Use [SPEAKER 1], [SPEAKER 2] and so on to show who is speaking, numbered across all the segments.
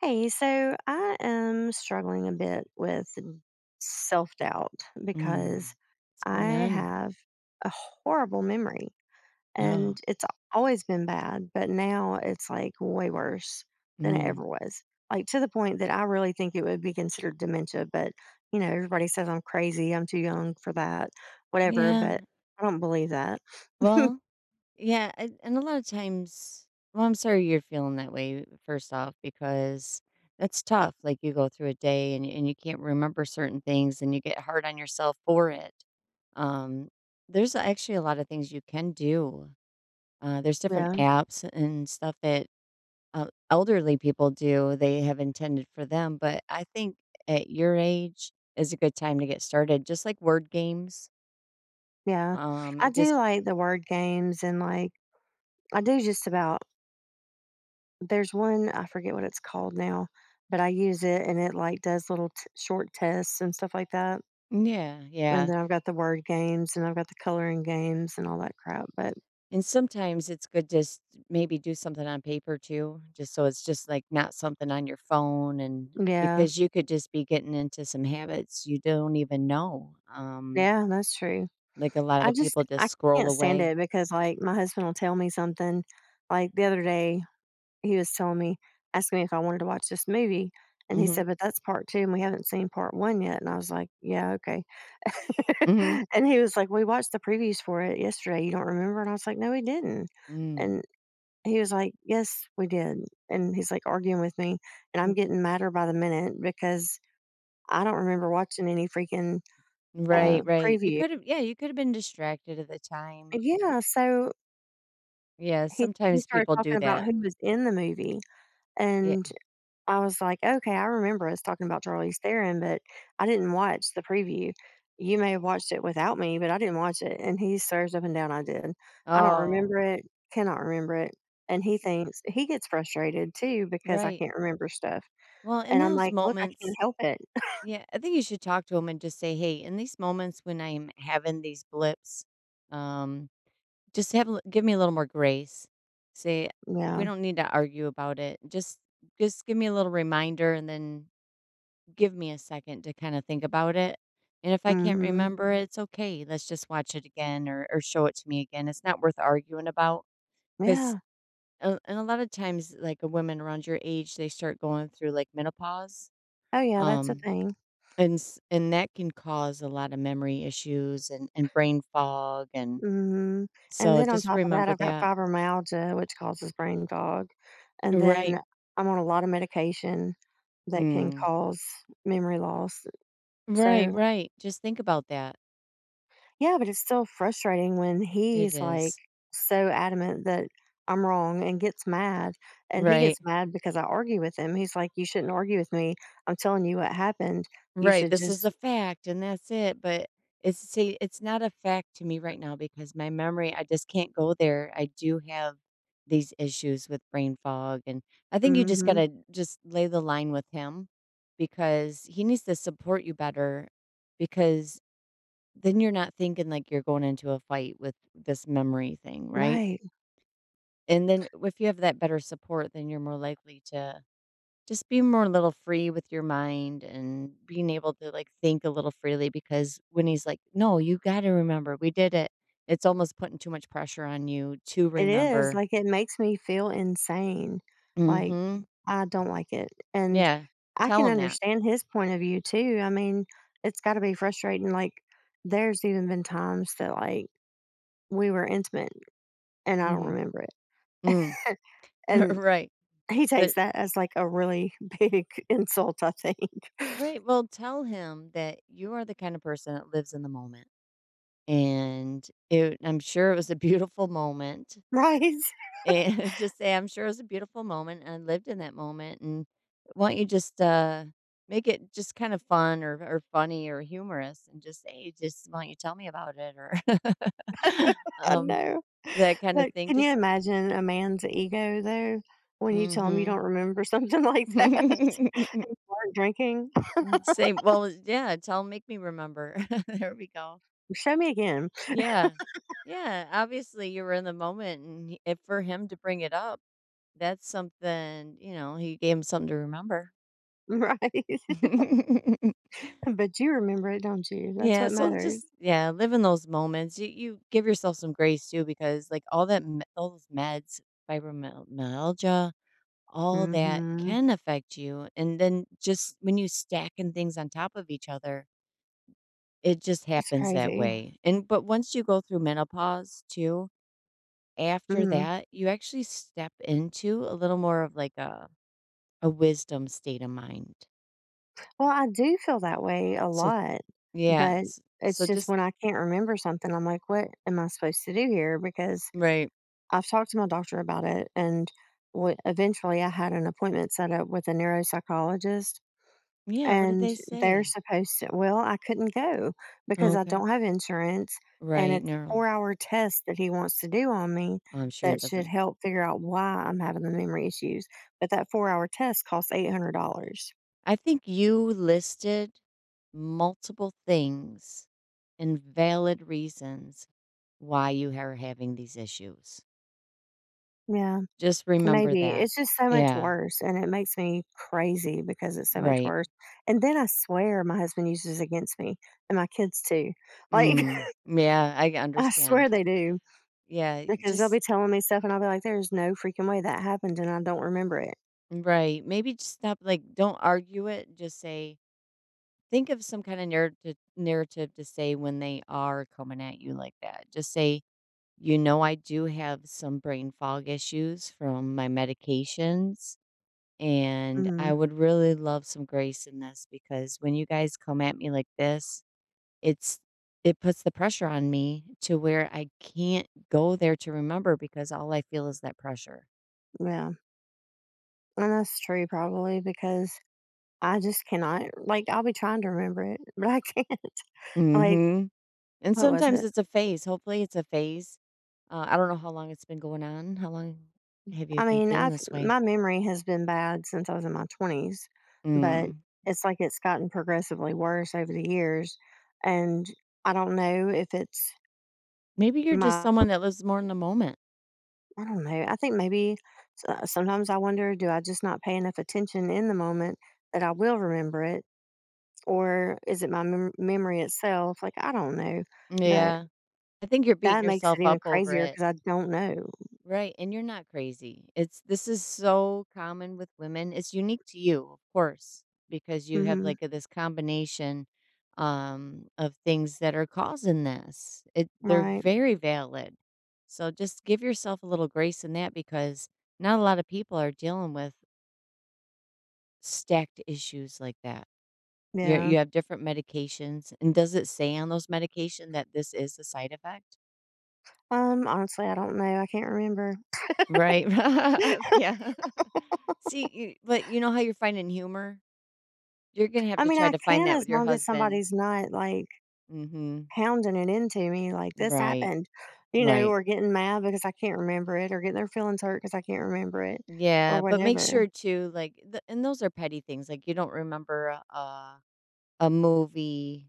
[SPEAKER 1] Hey, so I am struggling a bit with self doubt
[SPEAKER 2] Mm.
[SPEAKER 1] because
[SPEAKER 2] What's
[SPEAKER 1] I
[SPEAKER 2] going on?
[SPEAKER 1] have a horrible memory and
[SPEAKER 2] No.
[SPEAKER 1] it's always been bad, but now it's like way worse than it ever
[SPEAKER 2] Mm.
[SPEAKER 1] was. Like to the point that I really think it would be considered dementia, but you know, everybody says I'm crazy, I'm too young for that, whatever,
[SPEAKER 2] Yeah.
[SPEAKER 1] but I don't believe that.
[SPEAKER 2] Well, yeah. And a lot of times, well, I'm sorry you're feeling that way, first off, because that's tough. Like you go through a day and you can't remember certain things and you get hard on yourself for it. Um, there's actually a lot of things you can do. There's different
[SPEAKER 1] Yeah,
[SPEAKER 2] apps and stuff that elderly people do they have intended for them, but I think at your age is a good time to get started, just like word games.
[SPEAKER 1] yeah, I
[SPEAKER 2] It
[SPEAKER 1] do
[SPEAKER 2] just—
[SPEAKER 1] like the word games and like I do just about. There's one, I forget what it's called now, but I use it and it like does short tests and stuff like that.
[SPEAKER 2] yeah,
[SPEAKER 1] And
[SPEAKER 2] yeah.
[SPEAKER 1] then I've got the word games and I've got the coloring games and all that crap. But
[SPEAKER 2] And sometimes it's good to maybe do something on paper too, just so it's just like not something on your phone. And
[SPEAKER 1] yeah,
[SPEAKER 2] because you could just be getting into some habits you don't even know.
[SPEAKER 1] yeah, that's true.
[SPEAKER 2] Like a lot
[SPEAKER 1] I
[SPEAKER 2] of
[SPEAKER 1] just,
[SPEAKER 2] people just
[SPEAKER 1] I
[SPEAKER 2] scroll
[SPEAKER 1] can't stand
[SPEAKER 2] away.
[SPEAKER 1] it because like my husband will tell me something. Like the other day, he was telling me asking me if I wanted to watch this movie, and he
[SPEAKER 2] Mhm.
[SPEAKER 1] said, "But that's part 2, and we haven't seen part 1 yet," and I was like, "Yeah, okay."
[SPEAKER 2] Mhm. Mm.
[SPEAKER 1] And he was like, "We watched the previews for it yesterday, you don't remember?" And I was like, "No, we didn't,"
[SPEAKER 2] Hmm. Mm.
[SPEAKER 1] and he was like, "Yes, we did," and he's, like, arguing with me, and
[SPEAKER 2] Mm.
[SPEAKER 1] I'm getting madder by the minute because I don't remember watching any freaking,
[SPEAKER 2] Right, right. You
[SPEAKER 1] preview.
[SPEAKER 2] could have, yeah, you could have been distracted at the time.
[SPEAKER 1] Yeah, so
[SPEAKER 2] Yeah,
[SPEAKER 1] he
[SPEAKER 2] sometimes
[SPEAKER 1] started
[SPEAKER 2] people do
[SPEAKER 1] talking about
[SPEAKER 2] that.
[SPEAKER 1] who was in the movie,
[SPEAKER 2] Yeah.
[SPEAKER 1] and I was like, "Okay, I remember us talking about Charlize Theron, but I didn't watch the preview. You may have watched it without me, but I didn't watch it." And he swears up and down I did. I don't
[SPEAKER 2] Oh,
[SPEAKER 1] remember it, cannot remember it. And he
[SPEAKER 2] it's
[SPEAKER 1] thinks he gets frustrated too because I
[SPEAKER 2] right.
[SPEAKER 1] can't remember stuff.
[SPEAKER 2] Well, in
[SPEAKER 1] And I'm
[SPEAKER 2] those
[SPEAKER 1] like, "Look, I can't
[SPEAKER 2] moments,
[SPEAKER 1] help it."
[SPEAKER 2] yeah, I think you should talk to them and just say, "Hey, in these moments when I'm having these blips, um, just have a give me a little more grace. Say, we
[SPEAKER 1] Yeah.
[SPEAKER 2] don't need to argue about it. Just give me a little reminder, and then give me a second to kind of think about it. And if I can't
[SPEAKER 1] Mhm.
[SPEAKER 2] remember it, it's okay. Let's just watch it again, or show it to me again. It's not worth arguing about." Because—
[SPEAKER 1] Yeah.
[SPEAKER 2] And a lot of times, like, a woman around your age, they start going through, like, menopause.
[SPEAKER 1] Oh, yeah, that's a
[SPEAKER 2] um,
[SPEAKER 1] thing.
[SPEAKER 2] and s and that can cause a lot of memory issues and brain fog, and
[SPEAKER 1] Mhm, and
[SPEAKER 2] so
[SPEAKER 1] then on
[SPEAKER 2] just
[SPEAKER 1] top of that,
[SPEAKER 2] remember
[SPEAKER 1] I've got
[SPEAKER 2] that.
[SPEAKER 1] fibromyalgia, which causes brain fog, and
[SPEAKER 2] Right.
[SPEAKER 1] then I'm on a lot of medication that can
[SPEAKER 2] Mm.
[SPEAKER 1] cause memory loss,
[SPEAKER 2] Right,
[SPEAKER 1] so
[SPEAKER 2] right. Just think about that.
[SPEAKER 1] yeah, but it's still frustrating when
[SPEAKER 2] It
[SPEAKER 1] he's, like,
[SPEAKER 2] is.
[SPEAKER 1] so adamant that I'm wrong and gets mad, and he gets
[SPEAKER 2] Right.
[SPEAKER 1] mad because I argue with him, he's like, "You shouldn't argue with me, I'm telling you what happened, you
[SPEAKER 2] Right,
[SPEAKER 1] should
[SPEAKER 2] this is
[SPEAKER 1] just."
[SPEAKER 2] the fact and that's it, but it's see, it's not a fact to me right now because my memory, I just can't go there. I do have these issues with brain fog, and I think you just
[SPEAKER 1] Mhm,
[SPEAKER 2] gotta just lay the line with him, because he needs to support you better, because then you're not thinking like you're going into a fight with this memory thing, right?
[SPEAKER 1] right,
[SPEAKER 2] And then if you have that better support, then you're more likely to just be more a little free with your mind and being able to, like, think a little freely because when he's like, "No, you gotta remember, we did it," it's almost putting too much pressure on you to
[SPEAKER 1] it is,
[SPEAKER 2] remember.
[SPEAKER 1] like, it makes me feel insane, like,
[SPEAKER 2] Mhm.
[SPEAKER 1] I don't like it, and
[SPEAKER 2] Yeah.
[SPEAKER 1] I
[SPEAKER 2] Tell
[SPEAKER 1] can
[SPEAKER 2] him that.
[SPEAKER 1] understand his point of view too. I mean, it's gotta be frustrating, like, there's even been times that, like, we were intimate and I don't
[SPEAKER 2] Mhm.
[SPEAKER 1] remember
[SPEAKER 2] Mm.
[SPEAKER 1] it, and
[SPEAKER 2] Right.
[SPEAKER 1] he takes
[SPEAKER 2] That
[SPEAKER 1] that as, like, a really big insult, I think.
[SPEAKER 2] Right, well, tell him that you are the kind of person that lives in the moment, and it I'm sure it was a beautiful moment.
[SPEAKER 1] Right?
[SPEAKER 2] And just say, "I'm sure it was a beautiful moment, and I lived in that moment, and why don't you just, make it just kind of fun, or funny or humorous, and just say, 'Just why don't you tell me about it?'" Or,
[SPEAKER 1] I
[SPEAKER 2] um,
[SPEAKER 1] know,
[SPEAKER 2] that kind of
[SPEAKER 1] but
[SPEAKER 2] thing.
[SPEAKER 1] can you
[SPEAKER 2] Just—
[SPEAKER 1] imagine a man's ego though, when you tell him you don't
[SPEAKER 2] mhm.
[SPEAKER 1] remember something like that? Weren't drinking?
[SPEAKER 2] Mm, say, "Well, yeah, tell make me remember." There we go.
[SPEAKER 1] "Show me again."
[SPEAKER 2] Yeah. Yeah, obviously, you were in the moment, and he if for him to bring it up, that's something, you know, he gave him something to remember.
[SPEAKER 1] Right? But you remember it, don't you? That's
[SPEAKER 2] Yeah,
[SPEAKER 1] what
[SPEAKER 2] so
[SPEAKER 1] matters.
[SPEAKER 2] just, yeah, live in those moments. You give yourself some grace too, because like all those meds, fibromyalgia, all that
[SPEAKER 1] Mhm.
[SPEAKER 2] can affect you. And then just when you stacking things on top of each other, it just
[SPEAKER 1] That's
[SPEAKER 2] happens that
[SPEAKER 1] crazy.
[SPEAKER 2] way. And but once you go through menopause too, after
[SPEAKER 1] Mhm.
[SPEAKER 2] that, you actually step into a little more of like a wisdom state of mind.
[SPEAKER 1] Well, I do feel that way a
[SPEAKER 2] So,
[SPEAKER 1] lot, but
[SPEAKER 2] yes, so
[SPEAKER 1] it's just
[SPEAKER 2] just—
[SPEAKER 1] when I can't remember something, I'm like, "What am I supposed to do here?" Because
[SPEAKER 2] right.
[SPEAKER 1] I've talked to my doctor about it, and eventually I had an appointment set up with a neuropsychologist,
[SPEAKER 2] Yeah, what did
[SPEAKER 1] and
[SPEAKER 2] they
[SPEAKER 1] they're
[SPEAKER 2] say?
[SPEAKER 1] supposed to. Well, I couldn't go
[SPEAKER 2] Oh,
[SPEAKER 1] because I
[SPEAKER 2] okay.
[SPEAKER 1] don't have insurance, and
[SPEAKER 2] Right,
[SPEAKER 1] it's a
[SPEAKER 2] neural.
[SPEAKER 1] four-hour test that he wants to do on me
[SPEAKER 2] I'm sure
[SPEAKER 1] that
[SPEAKER 2] it
[SPEAKER 1] should
[SPEAKER 2] doesn't—
[SPEAKER 1] help figure out why I'm having the memory issues. But that four-hour test costs $800.
[SPEAKER 2] I think you listed multiple things and valid reasons why you are having these issues.
[SPEAKER 1] Yeah.
[SPEAKER 2] Just remember
[SPEAKER 1] Maybe.
[SPEAKER 2] that.
[SPEAKER 1] It's just so much
[SPEAKER 2] Yeah,
[SPEAKER 1] worse, and it makes me crazy because it's so much
[SPEAKER 2] right.
[SPEAKER 1] worse, and then I swear my husband uses it against me, and my kids too. Like,
[SPEAKER 2] Mm. Yeah, I
[SPEAKER 1] I swear
[SPEAKER 2] understand.
[SPEAKER 1] they do
[SPEAKER 2] Yeah,
[SPEAKER 1] because they'll
[SPEAKER 2] just—
[SPEAKER 1] be telling me stuff, and I'll be like, "There's no freaking way that happened, and I don't remember it."
[SPEAKER 2] right. Maybe just stop, like, don't argue it, just say, think of some kind of narrative to say when they are coming at you like that. Just say, you know, I do have some brain fog issues from my medications, and I
[SPEAKER 1] Mhm.
[SPEAKER 2] would really love some grace in this because when you guys come at me like this, it's it puts the pressure on me to where I can't go there to remember because all I feel is that pressure.
[SPEAKER 1] Yeah, and that's true probably because I just cannot like, I'll be trying to remember it, but I can't. Like,
[SPEAKER 2] Hmm. And
[SPEAKER 1] what was
[SPEAKER 2] sometimes
[SPEAKER 1] it?
[SPEAKER 2] it's a phase. Hopefully, it's a phase. I don't know how long it's been going on. How long have you
[SPEAKER 1] I
[SPEAKER 2] been
[SPEAKER 1] mean,
[SPEAKER 2] feeling
[SPEAKER 1] I've
[SPEAKER 2] this way?
[SPEAKER 1] my memory has been bad since I was in my 20s, but
[SPEAKER 2] Mm.
[SPEAKER 1] it's like it's gotten progressively worse over the years. And I don't know if it's
[SPEAKER 2] Maybe you're just
[SPEAKER 1] my,
[SPEAKER 2] someone that lives more in the moment.
[SPEAKER 1] I don't know. I think maybe sometimes I wonder do I just not pay enough attention in the moment that I will remember it? Or is it my memory itself? Like, I don't know. But
[SPEAKER 2] Yeah. I think you're beating
[SPEAKER 1] that makes
[SPEAKER 2] yourself
[SPEAKER 1] it even
[SPEAKER 2] up over
[SPEAKER 1] crazier
[SPEAKER 2] it.
[SPEAKER 1] because I don't know.
[SPEAKER 2] Right, and you're not crazy. It's this is so common with women. It's unique to you, of course, because you have
[SPEAKER 1] Hmm.
[SPEAKER 2] like this combination of things that are causing this. It they're
[SPEAKER 1] Right.
[SPEAKER 2] very valid. So just give yourself a little grace in that, because not a lot of people are dealing with stacked issues like that. You
[SPEAKER 1] Yeah.
[SPEAKER 2] you have different medications, and does it say on those medication that this is a side effect?
[SPEAKER 1] Honestly, I don't know. I can't remember.
[SPEAKER 2] Right. Yeah. See, you but you know how you're finding humor? You're gonna have
[SPEAKER 1] I
[SPEAKER 2] to
[SPEAKER 1] mean,
[SPEAKER 2] try
[SPEAKER 1] I
[SPEAKER 2] to find
[SPEAKER 1] can
[SPEAKER 2] that
[SPEAKER 1] as
[SPEAKER 2] with your
[SPEAKER 1] long as
[SPEAKER 2] husband.
[SPEAKER 1] somebody's not, like,
[SPEAKER 2] Mhm.
[SPEAKER 1] hounding it into me, like, "This
[SPEAKER 2] Right.
[SPEAKER 1] happened," you know,
[SPEAKER 2] Right.
[SPEAKER 1] or getting mad because I can't remember it, or getting their feelings hurt because I can't remember it, or
[SPEAKER 2] Yeah, but make
[SPEAKER 1] whatever.
[SPEAKER 2] sure too, like, th and those are petty things, like, you don't remember a movie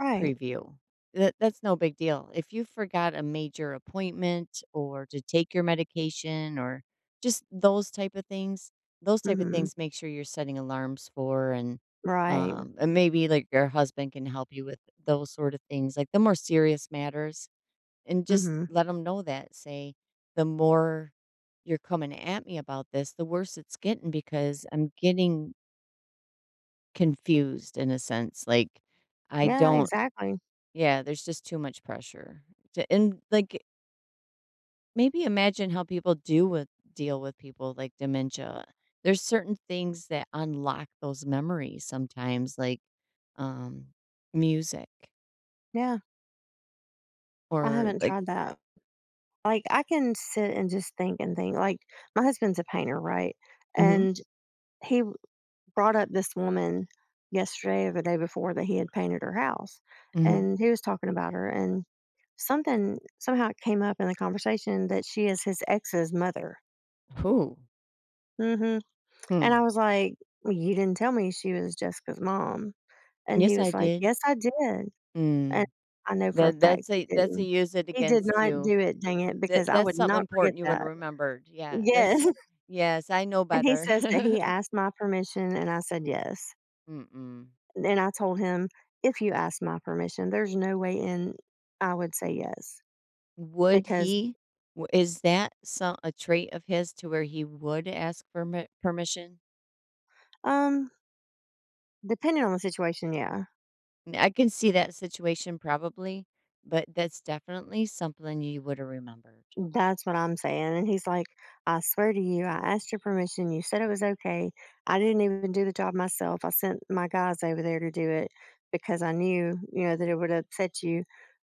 [SPEAKER 1] Right.
[SPEAKER 2] preview. That's no big deal. If you forgot a major appointment or to take your medication or just those type of things, those type of
[SPEAKER 1] Mhm.
[SPEAKER 2] things make sure you're setting alarms for, and
[SPEAKER 1] Right.
[SPEAKER 2] um and maybe like your husband can help you with those sort of things, like the more serious matters, and just
[SPEAKER 1] Mhm.
[SPEAKER 2] let them know that, say, the more you're coming at me about this, the worse it's getting because I'm getting confused in a sense like I
[SPEAKER 1] Yeah,
[SPEAKER 2] don't—
[SPEAKER 1] exactly.
[SPEAKER 2] yeah, there's just too much pressure. To, and like, maybe imagine how people do with deal with people like dementia. There's certain things that unlock those memories sometimes, like um music,
[SPEAKER 1] Yeah, I
[SPEAKER 2] or
[SPEAKER 1] haven't
[SPEAKER 2] like—
[SPEAKER 1] tried that. Like, I can sit and just think and think, like, my husband's a painter, right?
[SPEAKER 2] hmm,
[SPEAKER 1] And he brought up this woman yesterday or the day before that he had painted her house,
[SPEAKER 2] hmm.
[SPEAKER 1] and he was talking about her, and something somehow it came up in the conversation that she is his ex's mother.
[SPEAKER 2] Who?
[SPEAKER 1] Mhm, and
[SPEAKER 2] Hmm.
[SPEAKER 1] I was like, "Well, you didn't tell me she was Jessica's mom," and he
[SPEAKER 2] Yes, I
[SPEAKER 1] was like,
[SPEAKER 2] did.
[SPEAKER 1] "Yes, I did,"
[SPEAKER 2] Hmm.
[SPEAKER 1] and I know for a
[SPEAKER 2] That
[SPEAKER 1] fact
[SPEAKER 2] that's
[SPEAKER 1] he
[SPEAKER 2] a that's a
[SPEAKER 1] didn't.
[SPEAKER 2] use it
[SPEAKER 1] He did
[SPEAKER 2] against
[SPEAKER 1] not
[SPEAKER 2] you.
[SPEAKER 1] do it, dang it,
[SPEAKER 2] That
[SPEAKER 1] because I
[SPEAKER 2] that's
[SPEAKER 1] would
[SPEAKER 2] something
[SPEAKER 1] not forget
[SPEAKER 2] important you would have
[SPEAKER 1] that.
[SPEAKER 2] remembered. Yeah. That's—
[SPEAKER 1] Yes,
[SPEAKER 2] yes, I know
[SPEAKER 1] and he
[SPEAKER 2] better.
[SPEAKER 1] says that he asked my permission, and I said yes.
[SPEAKER 2] Mm-mm.
[SPEAKER 1] And I told him, "If you ask my permission, there's no way in I would say yes."
[SPEAKER 2] Would
[SPEAKER 1] Because,
[SPEAKER 2] he w Is that some a trait of his to where he would ask for permission?
[SPEAKER 1] um, depending on the situation, yeah,
[SPEAKER 2] And I can see that situation probably, but that's definitely something you woulda remembered.
[SPEAKER 1] that's what I'm saying. And he's like, "I swear to you, I asked your permission. You said it was okay. I didn't even do the job myself. I sent my guys over there to do it because I knew, you know, that it would upset you."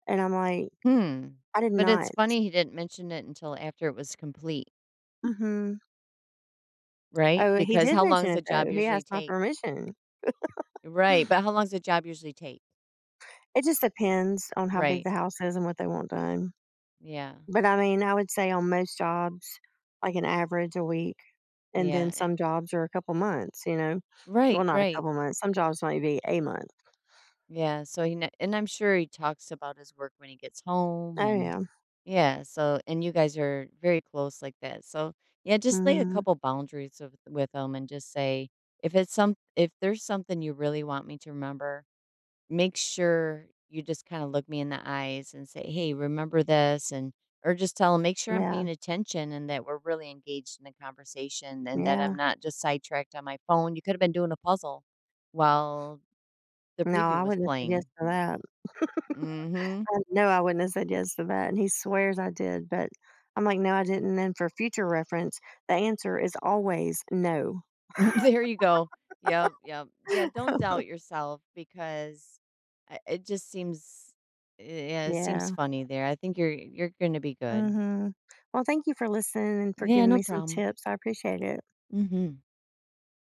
[SPEAKER 1] And I'm like,
[SPEAKER 2] Hmm,
[SPEAKER 1] "I did
[SPEAKER 2] but it's
[SPEAKER 1] not."
[SPEAKER 2] funny he didn't mention it until after it was complete,
[SPEAKER 1] Hmm.
[SPEAKER 2] right?
[SPEAKER 1] Oh, he
[SPEAKER 2] Because
[SPEAKER 1] did
[SPEAKER 2] how long
[SPEAKER 1] mention
[SPEAKER 2] does a
[SPEAKER 1] it though.
[SPEAKER 2] job
[SPEAKER 1] He
[SPEAKER 2] usually
[SPEAKER 1] asked my
[SPEAKER 2] take?
[SPEAKER 1] permission.
[SPEAKER 2] Right, but how long does a job usually take?
[SPEAKER 1] It just depends on how big
[SPEAKER 2] Right,
[SPEAKER 1] the house is and what they want done.
[SPEAKER 2] yeah,
[SPEAKER 1] But I mean, I would say on most jobs, like an average a week, and then
[SPEAKER 2] yeah,
[SPEAKER 1] some jobs are a couple months, you know? Well,
[SPEAKER 2] right,
[SPEAKER 1] not a
[SPEAKER 2] right.
[SPEAKER 1] couple months. Some jobs might be a month.
[SPEAKER 2] Yeah, so he kn and I'm sure he talks about his work when he gets home,
[SPEAKER 1] Oh,
[SPEAKER 2] and
[SPEAKER 1] yeah.
[SPEAKER 2] yeah, so and you guys are very close like that. So, yeah, just lay a
[SPEAKER 1] Mhm.
[SPEAKER 2] couple boundaries with him and just say, if it's some if there's something you really want me to remember, make sure you just kind of look me in the eyes and say, "Hey, remember this," and or just tell him, "Make sure I'm
[SPEAKER 1] Yeah,
[SPEAKER 2] paying attention and that we're really engaged in the conversation and that
[SPEAKER 1] yeah.
[SPEAKER 2] I'm not just sidetracked on my phone. You could have been doing a puzzle while the
[SPEAKER 1] No,
[SPEAKER 2] preview
[SPEAKER 1] I
[SPEAKER 2] was
[SPEAKER 1] wouldn't have said yes
[SPEAKER 2] playing."
[SPEAKER 1] to that.
[SPEAKER 2] Mhm.
[SPEAKER 1] I know I wouldn't have said yes to that, and he swears I did, but I'm like, "No, I didn't," and for future reference, the answer is always no.
[SPEAKER 2] There you go. Yep, yep. Yeah, don't doubt yourself, because I it just seems yeah, it seems
[SPEAKER 1] Yeah.
[SPEAKER 2] funny there. I think you're gonna be good.
[SPEAKER 1] Mhm. Well, thank you for listening and for
[SPEAKER 2] Yeah,
[SPEAKER 1] giving
[SPEAKER 2] no
[SPEAKER 1] me some
[SPEAKER 2] problem.
[SPEAKER 1] tips. I appreciate it.
[SPEAKER 2] Mhm.